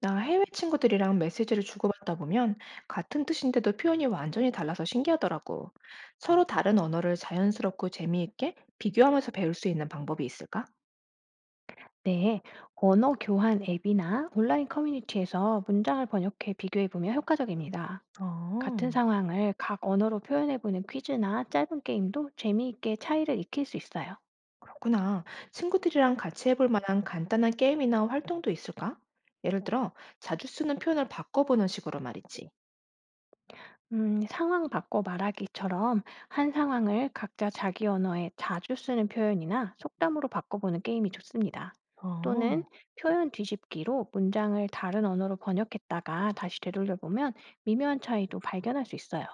나 해외 친구들이랑 메시지를 주고받다 보면 같은 뜻인데도 표현이 완전히 달라서 신기하더라고. 서로 다른 언어를 자연스럽고 재미있게 비교하면서 배울 수 있는 방법이 있을까? 네, 언어 교환 앱이나 온라인 커뮤니티에서 문장을 번역해 비교해 보면 효과적입니다. 같은 어, 상황을 각 언어로 표현해 보는 퀴즈나 짧은 게임도 재미있게 차이를 익힐 수 있어요. 그렇구나. 친구들이랑 같이 해볼 만한 간단한 게임이나 활동도 있을까? 예를 들어, 자주 쓰는 표현을 바꿔보는 식으로 말이지. 상황 바꿔 말하기처럼 한 상황을 각자 자기 언어에 자주 쓰는 표현이나 속담으로 바꿔보는 게임이 좋습니다. 어, 또는 표현 뒤집기로 문장을 다른 언어로 번역했다가 다시 되돌려 보면 미묘한 차이도 발견할 수 있어요.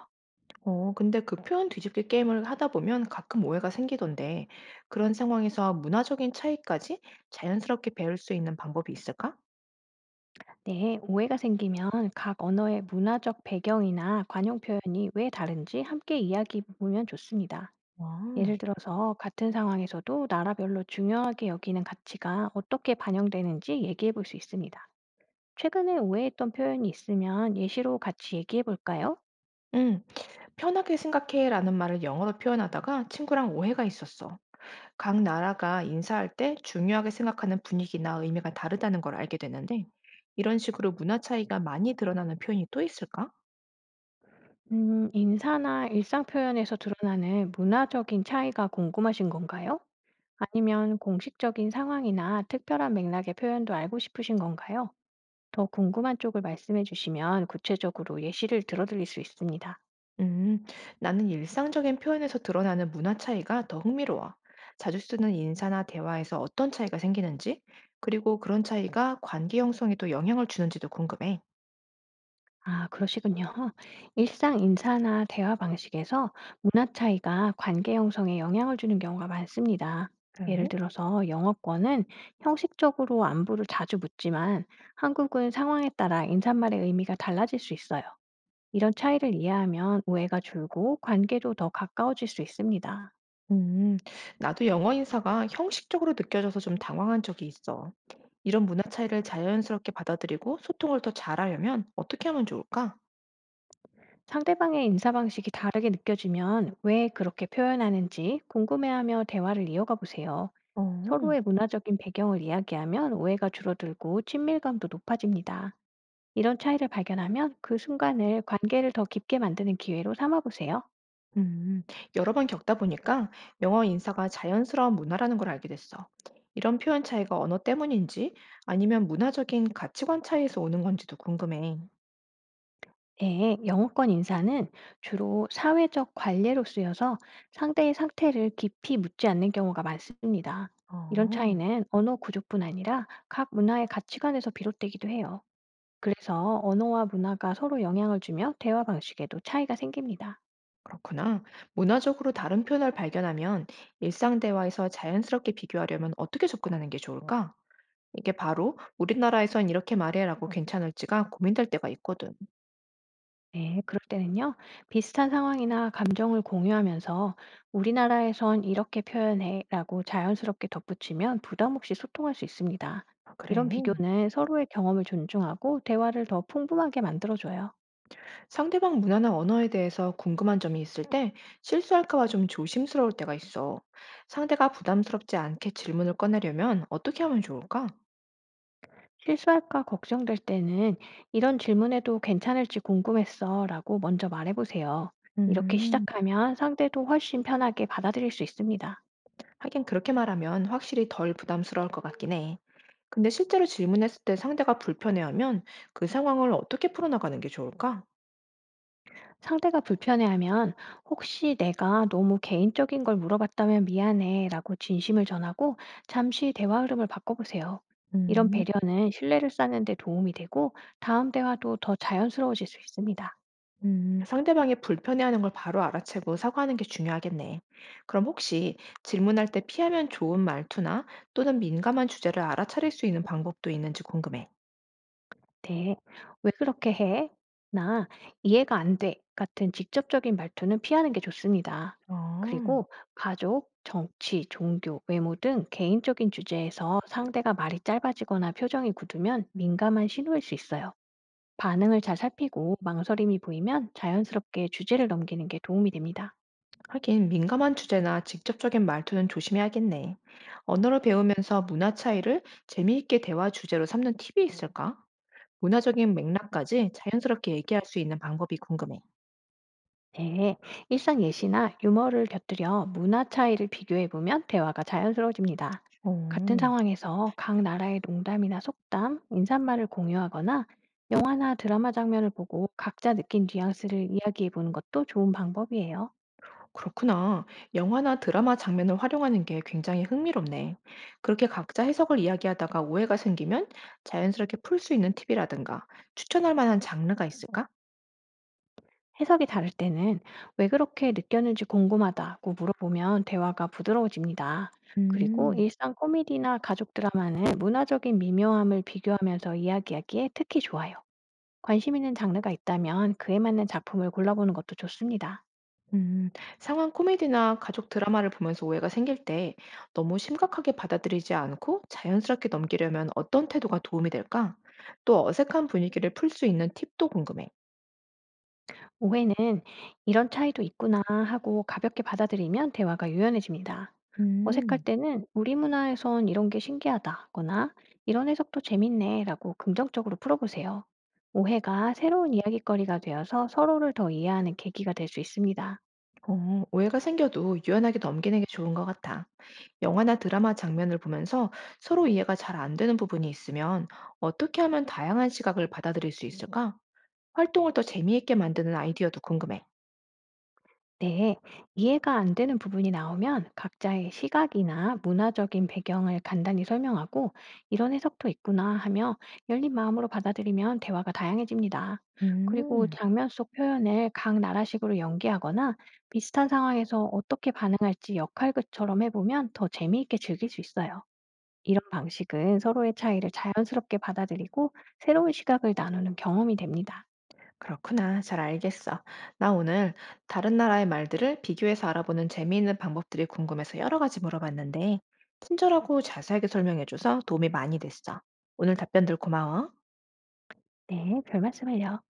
근데 그 표현 뒤집기 게임을 하다 보면 가끔 오해가 생기던데, 그런 상황에서 문화적인 차이까지 자연스럽게 배울 수 있는 방법이 있을까? 네, 오해가 생기면 각 언어의 문화적 배경이나 관용 표현이 왜 다른지 함께 이야기해 보면 좋습니다. 아. 예를 들어서 같은 상황에서도 나라별로 중요하게 여기는 가치가 어떻게 반영되는지 얘기해 볼 수 있습니다. 최근에 오해했던 표현이 있으면 예시로 같이 얘기해 볼까요? 음. "편하게 생각해."라는 말을 영어로 표현하다가 친구랑 오해가 있었어. 각 나라가 인사할 때 중요하게 생각하는 분위기나 의미가 다르다는 걸 알게 됐는데 이런 식으로 문화 차이가 많이 드러나는 표현이 또 있을까? 인사나 일상 표현에서 드러나는 문화적인 차이가 궁금하신 건가요? 아니면 공식적인 상황이나 특별한 맥락의 표현도 알고 싶으신 건가요? 더 궁금한 쪽을 말씀해 주시면 구체적으로 예시를 들어드릴 수 있습니다. 음, 나는 일상적인 표현에서 드러나는 문화 차이가 더 흥미로워. 자주 쓰는 인사나 대화에서 어떤 차이가 생기는지, 그리고 그런 차이가 관계 형성에도 영향을 주는지도 궁금해. 아, 그러시군요. 일상 인사나 대화 방식에서 문화 차이가 관계 형성에 영향을 주는 경우가 많습니다. 그래? 예를 들어서 영어권은 형식적으로 안부를 자주 묻지만 한국은 상황에 따라 인사말의 의미가 달라질 수 있어요. 이런 차이를 이해하면 오해가 줄고 관계도 더 가까워질 수 있습니다. 음, 나도 영어 인사가 형식적으로 느껴져서 좀 당황한 적이 있어. 이런 문화 차이를 자연스럽게 받아들이고 소통을 더 잘하려면 어떻게 하면 좋을까? 상대방의 인사 방식이 다르게 느껴지면 왜 그렇게 표현하는지 궁금해하며 대화를 이어가 보세요. 어. 서로의 문화적인 배경을 이야기하면 오해가 줄어들고 친밀감도 높아집니다. 이런 차이를 발견하면 그 순간을 관계를 더 깊게 만드는 기회로 삼아 보세요. 음, 여러 번 겪다 보니까 영어 인사가 자연스러운 문화라는 걸 알게 됐어. 이런 표현 차이가 언어 때문인지 아니면 문화적인 가치관 차이에서 오는 건지도 궁금해. 네, 영어권 인사는 주로 사회적 관례로 쓰여서 상대의 상태를 깊이 묻지 않는 경우가 많습니다. 이런 어, 차이는 언어 구조뿐 아니라 각 문화의 가치관에서 비롯되기도 해요. 그래서 언어와 문화가 서로 영향을 주며 대화 방식에도 차이가 생깁니다. 그렇구나. 문화적으로 다른 표현을 발견하면 일상 대화에서 자연스럽게 비교하려면 어떻게 접근하는 게 좋을까? 이게 바로 우리나라에선 이렇게 말해라고 괜찮을지가 고민될 때가 있거든. 네, 그럴 때는요, 비슷한 상황이나 감정을 공유하면서 우리나라에선 이렇게 표현해 라고 자연스럽게 덧붙이면 부담 없이 소통할 수 있습니다. 아, 그래. 이런 비교는 서로의 경험을 존중하고 대화를 더 풍부하게 만들어줘요. 상대방 문화나 언어에 대해서 궁금한 점이 있을 때 실수할까 봐 좀 조심스러울 때가 있어. 상대가 부담스럽지 않게 질문을 꺼내려면 어떻게 하면 좋을까? 실수할까 걱정될 때는 이런 질문에도 괜찮을지 궁금했어 라고 먼저 말해보세요. 이렇게 음, 시작하면 상대도 훨씬 편하게 받아들일 수 있습니다. 하긴 그렇게 말하면 확실히 덜 부담스러울 것 같긴 해. 근데 실제로 질문했을 때 상대가 불편해하면 그 상황을 어떻게 풀어나가는 게 좋을까? 상대가 불편해하면 혹시 내가 너무 개인적인 걸 물어봤다면 미안해 라고 진심을 전하고 잠시 대화 흐름을 바꿔보세요. 이런 음. 배려는 신뢰를 쌓는 데 도움이 되고 다음 대화도 더 자연스러워질 수 있습니다. 상대방이 불편해하는 걸 바로 알아채고 사과하는 게 중요하겠네. 그럼 혹시 질문할 때 피하면 좋은 말투나 또는 민감한 주제를 알아차릴 수 있는 방법도 있는지 궁금해. 네. 왜 그렇게 해? 나 이해가 안 돼. 같은 직접적인 말투는 피하는 게 좋습니다. 어, 그리고 가족, 정치, 종교, 외모 등 개인적인 주제에서 상대가 말이 짧아지거나 표정이 굳으면 민감한 신호일 수 있어요. 반응을 잘 살피고 망설임이 보이면 자연스럽게 주제를 넘기는 게 도움이 됩니다. 하긴 민감한 주제나 직접적인 말투는 조심해야겠네. 언어를 배우면서 문화 차이를 재미있게 대화 주제로 삼는 팁이 있을까? 문화적인 맥락까지 자연스럽게 얘기할 수 있는 방법이 궁금해. 네, 일상 예시나 유머를 곁들여 문화 차이를 비교해 보면 대화가 자연스러워집니다. 어. 같은 상황에서 각 나라의 농담이나 속담, 인사말을 공유하거나 영화나 드라마 장면을 보고 각자 느낀 뉘앙스를 이야기해 보는 것도 좋은 방법이에요. 그렇구나. 영화나 드라마 장면을 활용하는 게 굉장히 흥미롭네. 그렇게 각자 해석을 이야기하다가 오해가 생기면 자연스럽게 풀 수 있는 팁이라든가 추천할 만한 장르가 있을까? 해석이 다를 때는 왜 그렇게 느꼈는지 궁금하다고 물어보면 대화가 부드러워집니다. 그리고 음, 일상 코미디나 가족 드라마는 문화적인 미묘함을 비교하면서 이야기하기에 특히 좋아요. 관심 있는 장르가 있다면 그에 맞는 작품을 골라보는 것도 좋습니다. 음, 상황 코미디나 가족 드라마를 보면서 오해가 생길 때 너무 심각하게 받아들이지 않고 자연스럽게 넘기려면 어떤 태도가 도움이 될까? 또 어색한 분위기를 풀 수 있는 팁도 궁금해. 오해는 이런 차이도 있구나 하고 가볍게 받아들이면 대화가 유연해집니다. 어색할 음. 때는 우리 문화에선 이런 게 신기하다거나 이런 해석도 재밌네 라고 긍정적으로 풀어보세요. 오해가 새로운 이야기거리가 되어서 서로를 더 이해하는 계기가 될 수 있습니다. 어, 오해가 생겨도 유연하게 넘기는 게 좋은 것 같아. 영화나 드라마 장면을 보면서 서로 이해가 잘 안 되는 부분이 있으면 어떻게 하면 다양한 시각을 받아들일 수 있을까? 활동을 더 재미있게 만드는 아이디어도 궁금해. 네, 이해가 안 되는 부분이 나오면 각자의 시각이나 문화적인 배경을 간단히 설명하고 이런 해석도 있구나 하며 열린 마음으로 받아들이면 대화가 다양해집니다. 그리고 음, 장면 속 표현을 각 나라식으로 연기하거나 비슷한 상황에서 어떻게 반응할지 역할극처럼 해보면 더 재미있게 즐길 수 있어요. 이런 방식은 서로의 차이를 자연스럽게 받아들이고 새로운 시각을 나누는 경험이 됩니다. 그렇구나. 잘 알겠어. 나 오늘 다른 나라의 말들을 비교해서 알아보는 재미있는 방법들이 궁금해서 여러 가지 물어봤는데, 친절하고 자세하게 설명해줘서 도움이 많이 됐어. 오늘 답변들 고마워. 네, 별 말씀을요.